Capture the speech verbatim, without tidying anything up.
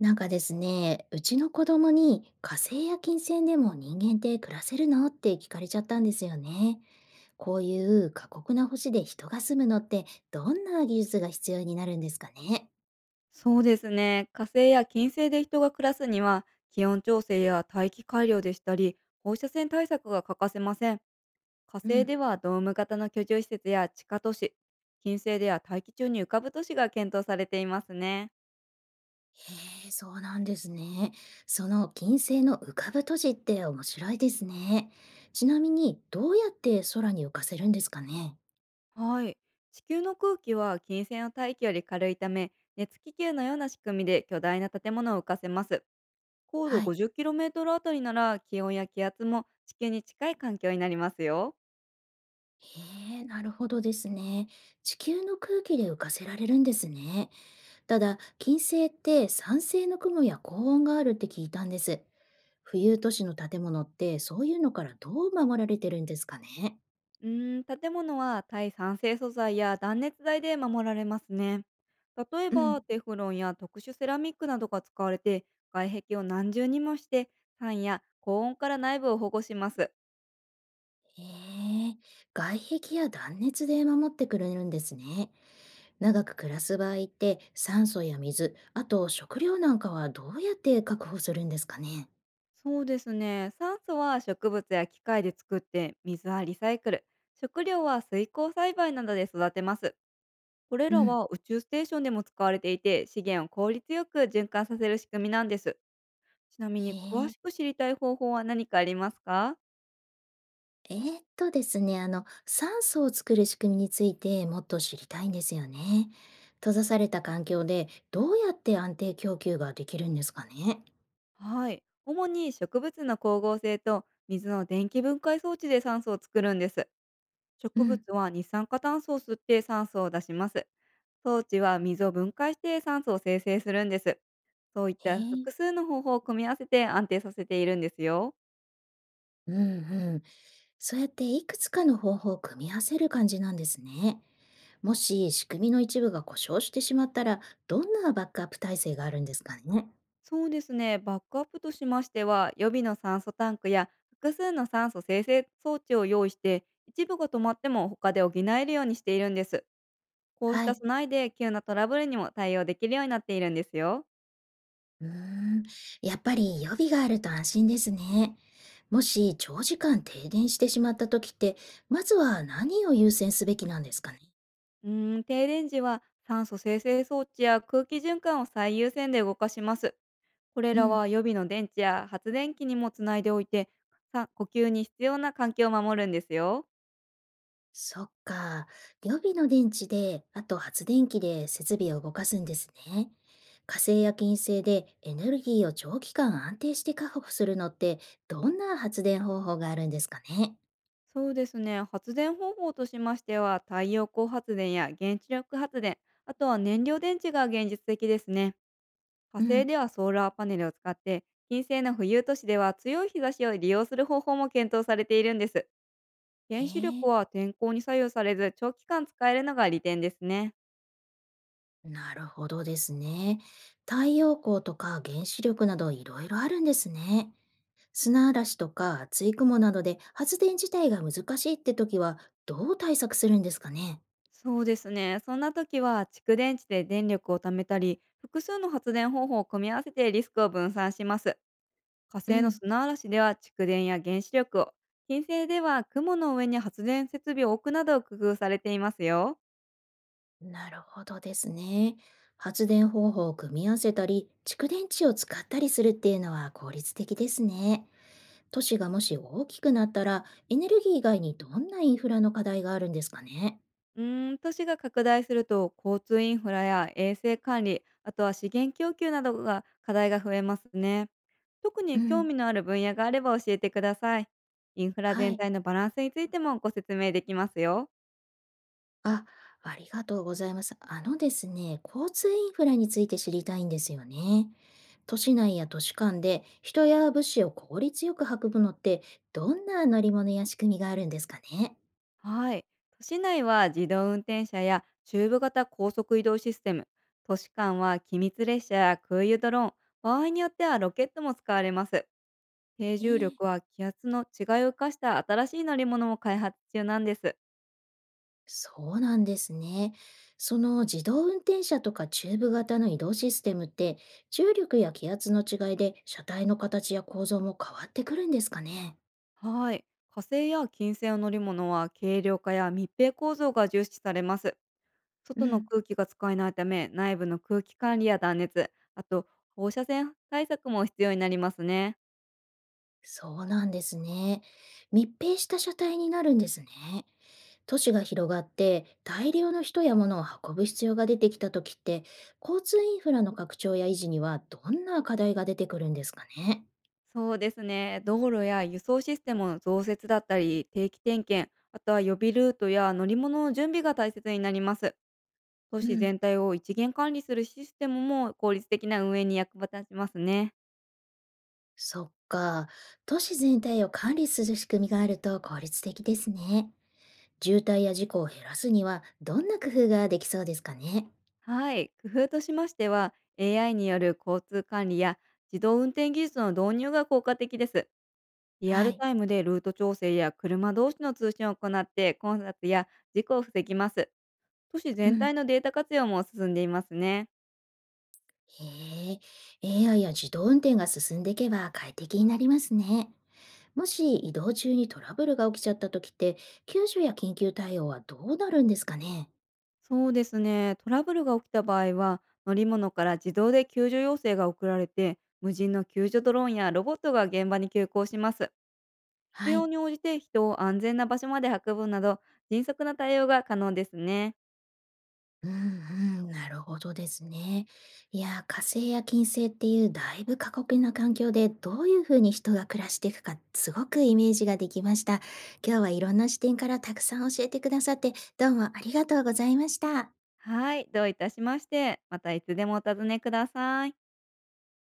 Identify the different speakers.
Speaker 1: なんかですね、うちの子供に火星や金星でも人間って暮らせるのって聞かれちゃったんですよね。こういう過酷な星で人が住むのってどんな技術が必要になるんですかね。
Speaker 2: そうですね。火星や金星で人が暮らすには、気温調整や大気改良でしたり、放射線対策が欠かせません。火
Speaker 1: う
Speaker 2: 星
Speaker 1: ん。
Speaker 2: ではドーム型の居住施設や地下都市、金星では大気中に浮かぶ都市が検討されていますね。
Speaker 1: へえ、そうなんですね。その金星の浮かぶ都市って面白いですね。ちなみにどうやって空に浮かせるんですかね。
Speaker 2: はい。地球の空気は金星の大気より軽いため、熱気球のような仕組みで巨大な建物を浮かせます。高度
Speaker 1: はい。
Speaker 2: ごじゅっキロメートル あたりなら気温や気圧も地球に近い環境になりますよ。
Speaker 1: へえ、なるほどですね。地球の空気で浮かせられるんですね。ただ、金星って酸性の雲や高温があるって聞いたんです。浮遊都市の建物ってそういうのからどう守られてるんですかね。
Speaker 2: うーん、建物は耐酸性素材や断熱材で守られますね。例え
Speaker 1: う
Speaker 2: ば
Speaker 1: ん。
Speaker 2: テフロンや特殊セラミックなどが使われて、外壁を何重にもして酸や高温から内部を保護します。
Speaker 1: へえ、外壁や断熱で守ってくれるんですね。長く暮らす場合って酸素や水、あと食料なんかはどうやって確保するんですかね。
Speaker 2: そうですね。酸素は植物や機械で作って水はリサイクル、食料は水耕栽培などで育てます。これ
Speaker 1: う
Speaker 2: ら
Speaker 1: ん。
Speaker 2: は宇宙ステーションでも使われていて、資源を効率よく循環させる仕組みなんです。ちなみ
Speaker 1: へ
Speaker 2: に詳
Speaker 1: え。
Speaker 2: しく知りたい方法は何かありますか？
Speaker 1: えーっとですね、あの、酸素を作る仕組みについてもっと知りたいんですよね。閉ざされた環境でどうやって安定供給ができるんですかね。
Speaker 2: はい。主に植物の光合成と水の電気分解装置で酸素を作るんです。
Speaker 1: う
Speaker 2: 植
Speaker 1: ん。
Speaker 2: 物は二酸化炭素を吸って酸素を出します。装置は水を分解して酸素を生成するんです。そういっ
Speaker 1: へ
Speaker 2: た
Speaker 1: え。
Speaker 2: 複数の方法を組み合わせて安定させているんですよ。
Speaker 1: うんうん。そうやっていくつかの方法を組み合わせる感じなんですね。もし仕組みの一部が故障してしまったら、どんなバックアップ体制があるんですかね。
Speaker 2: そうですね。バックアップとしましては、予備の酸素タンクや複数の酸素生成装置を用意して、一部が止まっても他で補えるようにしているんです。こうし
Speaker 1: は
Speaker 2: た
Speaker 1: い。
Speaker 2: 備えで急なトラブルにも対応できるようになっているんですよ。
Speaker 1: うーん、やっぱり予備があると安心ですね。もし長時間停電してしまった時って、まずは何を優先すべきなんですかね。
Speaker 2: うーん、停電時は酸素生成装置や空気循環を最優先で動かします。これ
Speaker 1: う
Speaker 2: ら
Speaker 1: ん。
Speaker 2: は予備の電池や発電機にもつないでおいて、さ呼吸に必要な環境を守るんですよ。
Speaker 1: そっか。予備の電池で、あと発電機で設備を動かすんですね。火星や金星でエネルギーを長期間安定して確保するのって、どんな発電方法があるんですかね。
Speaker 2: そうですね。発電方法としましては、太陽光発電や原子力発電、あとは燃料電池が現実的ですね。火
Speaker 1: う
Speaker 2: 星
Speaker 1: ん。
Speaker 2: ではソーラーパネルを使って、金星の浮遊都市では強い日差しを利用する方法も検討されているんです。
Speaker 1: へ
Speaker 2: 原子力
Speaker 1: え。
Speaker 2: は天候に左右されず長期間使えるのが利点ですね。
Speaker 1: なるほどですね。太陽光とか原子力などいろいろあるんですね。砂嵐とか厚い雲などで発電自体が難しいって時はどう対策するんですかね。
Speaker 2: そうですね。そんな時は蓄電池で電力を貯めたり、複数の発電方法を組み合わせてリスクを分散します。火
Speaker 1: う
Speaker 2: 星の
Speaker 1: ん、
Speaker 2: 砂嵐では蓄電や原子力を、金星では雲の上に発電設備を置くなど工夫されていますよ。
Speaker 1: なるほどですね。発電方法を組み合わせたり、蓄電池を使ったりするっていうのは効率的ですね。都市がもし大きくなったら、エネルギー以外にどんなインフラの課題があるんですかね。
Speaker 2: うーん、都市が拡大すると交通インフラや衛生管理、あとは資源供給などが課題が増えますね。特
Speaker 1: う
Speaker 2: に興
Speaker 1: ん。
Speaker 2: 味のある分野があれば教えてください。インフラ
Speaker 1: は
Speaker 2: 全
Speaker 1: い。
Speaker 2: 体のバランスについてもご説明できますよ。
Speaker 1: あ、ありがとうございます。あのですね、交通インフラについて知りたいんですよね。都市内や都市間で人や物資を効率よく運ぶのってどんな乗り物や仕組みがあるんですかね。
Speaker 2: はい。都市内は自動運転車やチューブ型高速移動システム、都市間は機密列車や空輸ドローン、場合によってはロケットも使われます。低
Speaker 1: え
Speaker 2: 重
Speaker 1: え、
Speaker 2: 力は気圧の違いを生かした新しい乗り物も開発中なんです。
Speaker 1: そうなんですね。その自動運転車とかチューブ型の移動システムって重力や気圧の違いで車体の形や構造も変わってくるんですかね。
Speaker 2: はい。火星や金星の乗り物は軽量化や密閉構造が重視されます。
Speaker 1: う
Speaker 2: 外の
Speaker 1: ん、
Speaker 2: 空気が使えないため、内部の空気管理や断熱、あと放射線対策も必要になりますね。
Speaker 1: そうなんですね。密閉した車体になるんですね。都市が広がって大量の人や物を運ぶ必要が出てきた時って交通インフラの拡張や維持にはどんな課題が出てくるんですかね。
Speaker 2: そうですね。道路や輸送システムの増設だったり、定期点検、あとは予備ルートや乗り物の準備が大切になります。都
Speaker 1: う
Speaker 2: 市
Speaker 1: ん、
Speaker 2: 全体を一元管理するシステムも効率的な運営に役立ちますね。
Speaker 1: そっか。都市全体を管理する仕組みがあると効率的ですね。渋滞や事故を減らすにはどんな工夫ができそうですかね。
Speaker 2: はい、工夫としましては エーアイ による交通管理や自動運転技術の導入が効果的です。リア
Speaker 1: は
Speaker 2: ル
Speaker 1: い、
Speaker 2: タイムでルート調整や車同士の通信を行って混雑や事故を防ぎます。都市
Speaker 1: う
Speaker 2: 全体
Speaker 1: ん、
Speaker 2: のデータ活用も進んでいますね。
Speaker 1: へえ、 エーアイ や自動運転が進んでいけば快適になりますね。もし移動中にトラブルが起きちゃった時って、救助や緊急対応はどうなるんですかね。
Speaker 2: そうですね、トラブルが起きた場合は乗り物から自動で救助要請が送られて、無人の救助ドローンやロボットが現場に急行します。必
Speaker 1: は
Speaker 2: 要
Speaker 1: い。
Speaker 2: に応じて人を安全な場所まで運ぶなど、迅速な対応が可能ですね。
Speaker 1: うんうん、なるほどですね。いや、火星や金星っていうだいぶ過酷な環境でどういうふうに人が暮らしていくかすごくイメージができました。今日はいろんな視点からたくさん教えてくださってどうもありがとうございました。
Speaker 2: はい、どういたしまして。またいつでもお尋ねください。